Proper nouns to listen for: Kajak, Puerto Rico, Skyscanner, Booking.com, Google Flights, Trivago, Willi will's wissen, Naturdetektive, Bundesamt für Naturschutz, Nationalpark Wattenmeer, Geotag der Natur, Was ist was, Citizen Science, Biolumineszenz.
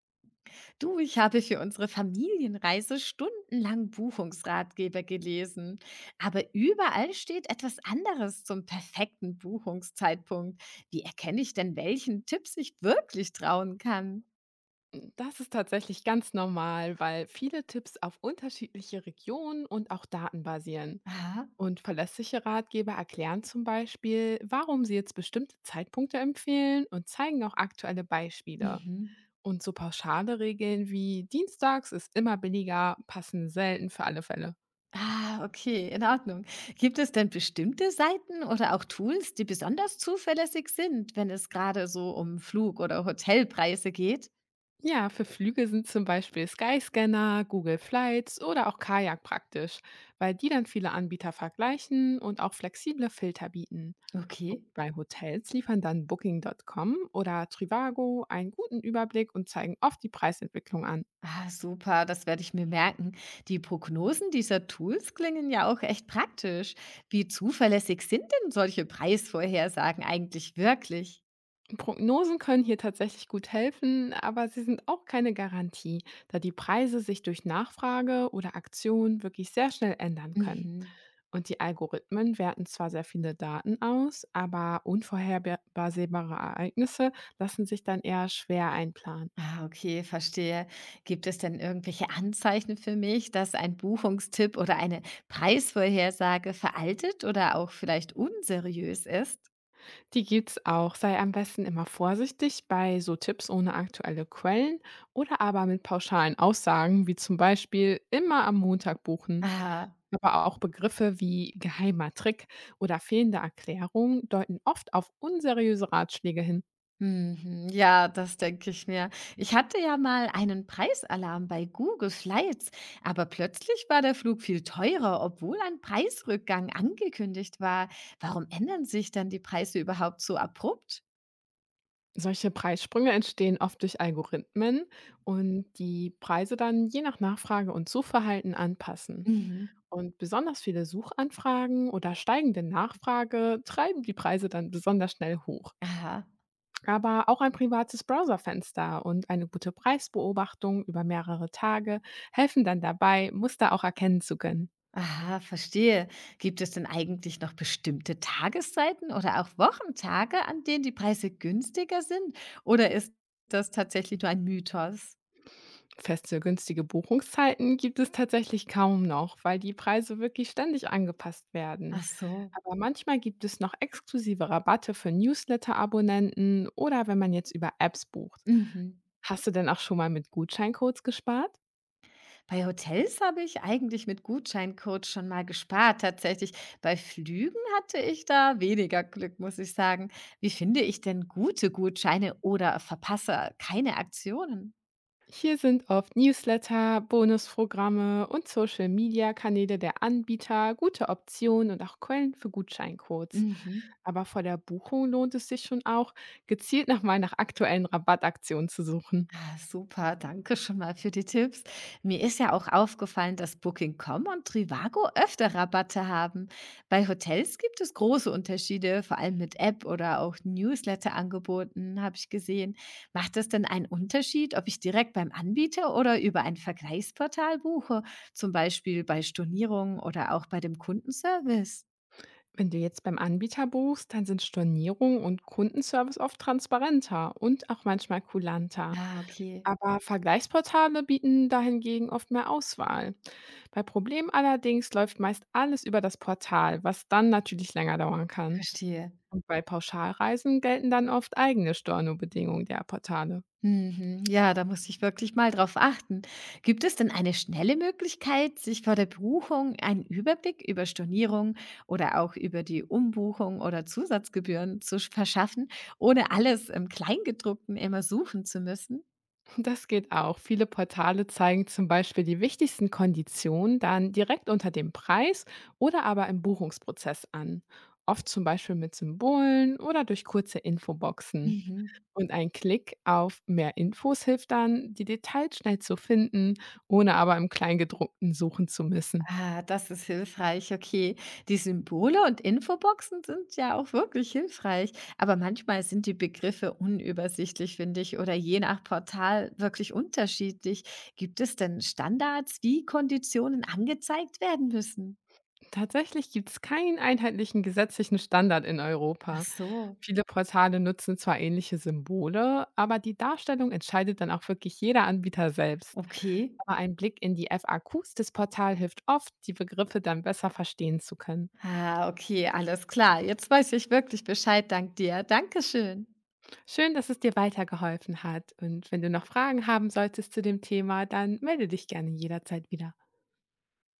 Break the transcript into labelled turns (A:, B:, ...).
A: Du, ich habe für unsere Familienreise stundenlang Buchungsratgeber gelesen. Aber überall steht etwas anderes zum perfekten Buchungszeitpunkt. Wie erkenne ich denn, welchen Tipps ich wirklich trauen kann?
B: Das ist tatsächlich ganz normal, weil viele Tipps auf unterschiedliche Regionen und auch Daten basieren.
A: Ah,
B: Und verlässliche Ratgeber erklären zum Beispiel, warum sie jetzt bestimmte Zeitpunkte empfehlen und zeigen auch aktuelle Beispiele.
A: mhm.
B: Und so pauschale Regeln wie Dienstags ist immer billiger passen selten für alle Fälle.
A: Ah, okay, in Ordnung. Gibt es denn bestimmte Seiten oder auch Tools, die besonders zuverlässig sind, wenn es gerade so um Flug- oder Hotelpreise geht?
B: Ja, für Flüge sind zum Beispiel Skyscanner, Google Flights oder auch Kajak praktisch, weil die dann viele Anbieter vergleichen und auch flexible Filter bieten. Und
A: Okay.
B: bei Hotels liefern dann Booking.com oder Trivago einen guten Überblick und zeigen oft die Preisentwicklung an.
A: Ah, super, das werde ich mir merken. Die Prognosen dieser Tools klingen ja auch echt praktisch. Wie zuverlässig sind denn solche Preisvorhersagen eigentlich wirklich?
B: Prognosen können hier tatsächlich gut helfen, aber sie sind auch keine Garantie, da die Preise sich durch Nachfrage oder Aktion wirklich sehr schnell ändern können.
A: Mhm.
B: Und die Algorithmen werten zwar sehr viele Daten aus, aber unvorhersehbare Ereignisse lassen sich dann eher schwer einplanen.
A: Ah, okay, verstehe. Gibt es denn irgendwelche Anzeichen für mich, dass ein Buchungstipp oder eine Preisvorhersage veraltet oder auch vielleicht unseriös ist?
B: Die gibt's auch. Sei am besten immer vorsichtig bei so Tipps ohne aktuelle Quellen oder aber mit pauschalen Aussagen, wie zum Beispiel immer am Montag buchen.
A: Ah.
B: Aber auch Begriffe wie geheimer Trick oder fehlende Erklärung deuten oft auf unseriöse Ratschläge hin.
A: Mhm. Ja, das denke ich mir. Ich hatte ja mal einen Preisalarm bei Google Flights, aber plötzlich war der Flug viel teurer, obwohl ein Preisrückgang angekündigt war. Warum ändern sich dann die Preise überhaupt so abrupt?
B: Solche Preissprünge entstehen oft durch Algorithmen und die Preise dann je nach Nachfrage und Suchverhalten anpassen.
A: Mhm.
B: Und besonders viele Suchanfragen oder steigende Nachfrage treiben die Preise dann besonders schnell hoch.
A: Aha.
B: Aber auch ein privates Browserfenster und eine gute Preisbeobachtung über mehrere Tage helfen dann dabei, Muster auch erkennen zu können.
A: Aha, verstehe. Gibt es denn eigentlich noch bestimmte Tageszeiten oder auch Wochentage, an denen die Preise günstiger sind? Oder ist das tatsächlich nur ein Mythos?
B: Feste, günstige Buchungszeiten gibt es tatsächlich kaum noch, weil die Preise wirklich ständig angepasst werden.
A: Ach so.
B: Aber manchmal gibt es noch exklusive Rabatte für Newsletter-Abonnenten oder wenn man jetzt über Apps bucht.
A: Mhm.
B: Hast du denn auch schon mal mit Gutscheincodes gespart?
A: Bei Hotels habe ich eigentlich mit Gutscheincode schon mal gespart, tatsächlich. Bei Flügen hatte ich da weniger Glück, muss ich sagen. Wie finde ich denn gute Gutscheine oder verpasse keine Aktionen?
B: Hier sind oft Newsletter, Bonusprogramme und Social-Media-Kanäle der Anbieter gute Optionen und auch Quellen für Gutscheincodes.
A: Mhm.
B: Aber vor der Buchung lohnt es sich schon auch, gezielt nochmal nach aktuellen Rabattaktionen zu suchen.
A: Ah, super, danke schon mal für die Tipps. Mir ist ja auch aufgefallen, dass Booking.com und Trivago öfter Rabatte haben. Bei Hotels gibt es große Unterschiede, vor allem mit App oder auch Newsletter-Angeboten, habe ich gesehen. Macht das denn einen Unterschied, ob ich direkt beim Anbieter oder über ein Vergleichsportal buche, zum Beispiel bei Stornierungen oder auch bei dem Kundenservice?
B: Wenn du jetzt beim Anbieter buchst, dann sind Stornierung und Kundenservice oft transparenter und auch manchmal kulanter.
A: Ah, okay,
B: Aber Vergleichsportale bieten dahingegen oft mehr Auswahl. Bei Problemen allerdings läuft meist alles über das Portal, was dann natürlich länger dauern kann.
A: verstehe.
B: Und bei Pauschalreisen gelten dann oft eigene Stornobedingungen der Portale.
A: Mhm. Ja, da muss ich wirklich mal drauf achten. Gibt es denn eine schnelle Möglichkeit, sich vor der Buchung einen Überblick über Stornierung oder auch über die Umbuchung oder Zusatzgebühren zu verschaffen, ohne alles im Kleingedruckten immer suchen zu müssen?
B: Das geht auch. Viele Portale zeigen zum Beispiel die wichtigsten Konditionen dann direkt unter dem Preis oder aber im Buchungsprozess an. Oft zum Beispiel mit Symbolen oder durch kurze Infoboxen.
A: Mhm.
B: Und ein Klick auf mehr Infos hilft dann, die Details schnell zu finden, ohne aber im Kleingedruckten suchen zu müssen.
A: Ah, das ist hilfreich, okay. Die Symbole und Infoboxen sind ja auch wirklich hilfreich, aber manchmal sind die Begriffe unübersichtlich, finde ich, oder je nach Portal wirklich unterschiedlich. Gibt es denn Standards, wie Konditionen angezeigt werden müssen?
B: Tatsächlich gibt es keinen einheitlichen gesetzlichen Standard in
A: Ach
B: Europa.
A: so,
B: Viele Portale nutzen zwar ähnliche Symbole, aber die Darstellung entscheidet dann auch wirklich jeder Anbieter selbst.
A: okay.
B: Aber ein Blick in die FAQs des Portals hilft oft, die Begriffe dann besser verstehen zu können.
A: Ah, okay, alles klar. Jetzt weiß ich wirklich Bescheid, dank dir. Dankeschön.
B: Schön, dass es dir weitergeholfen hat. Und wenn du noch Fragen haben solltest zu dem Thema, dann melde dich gerne jederzeit wieder.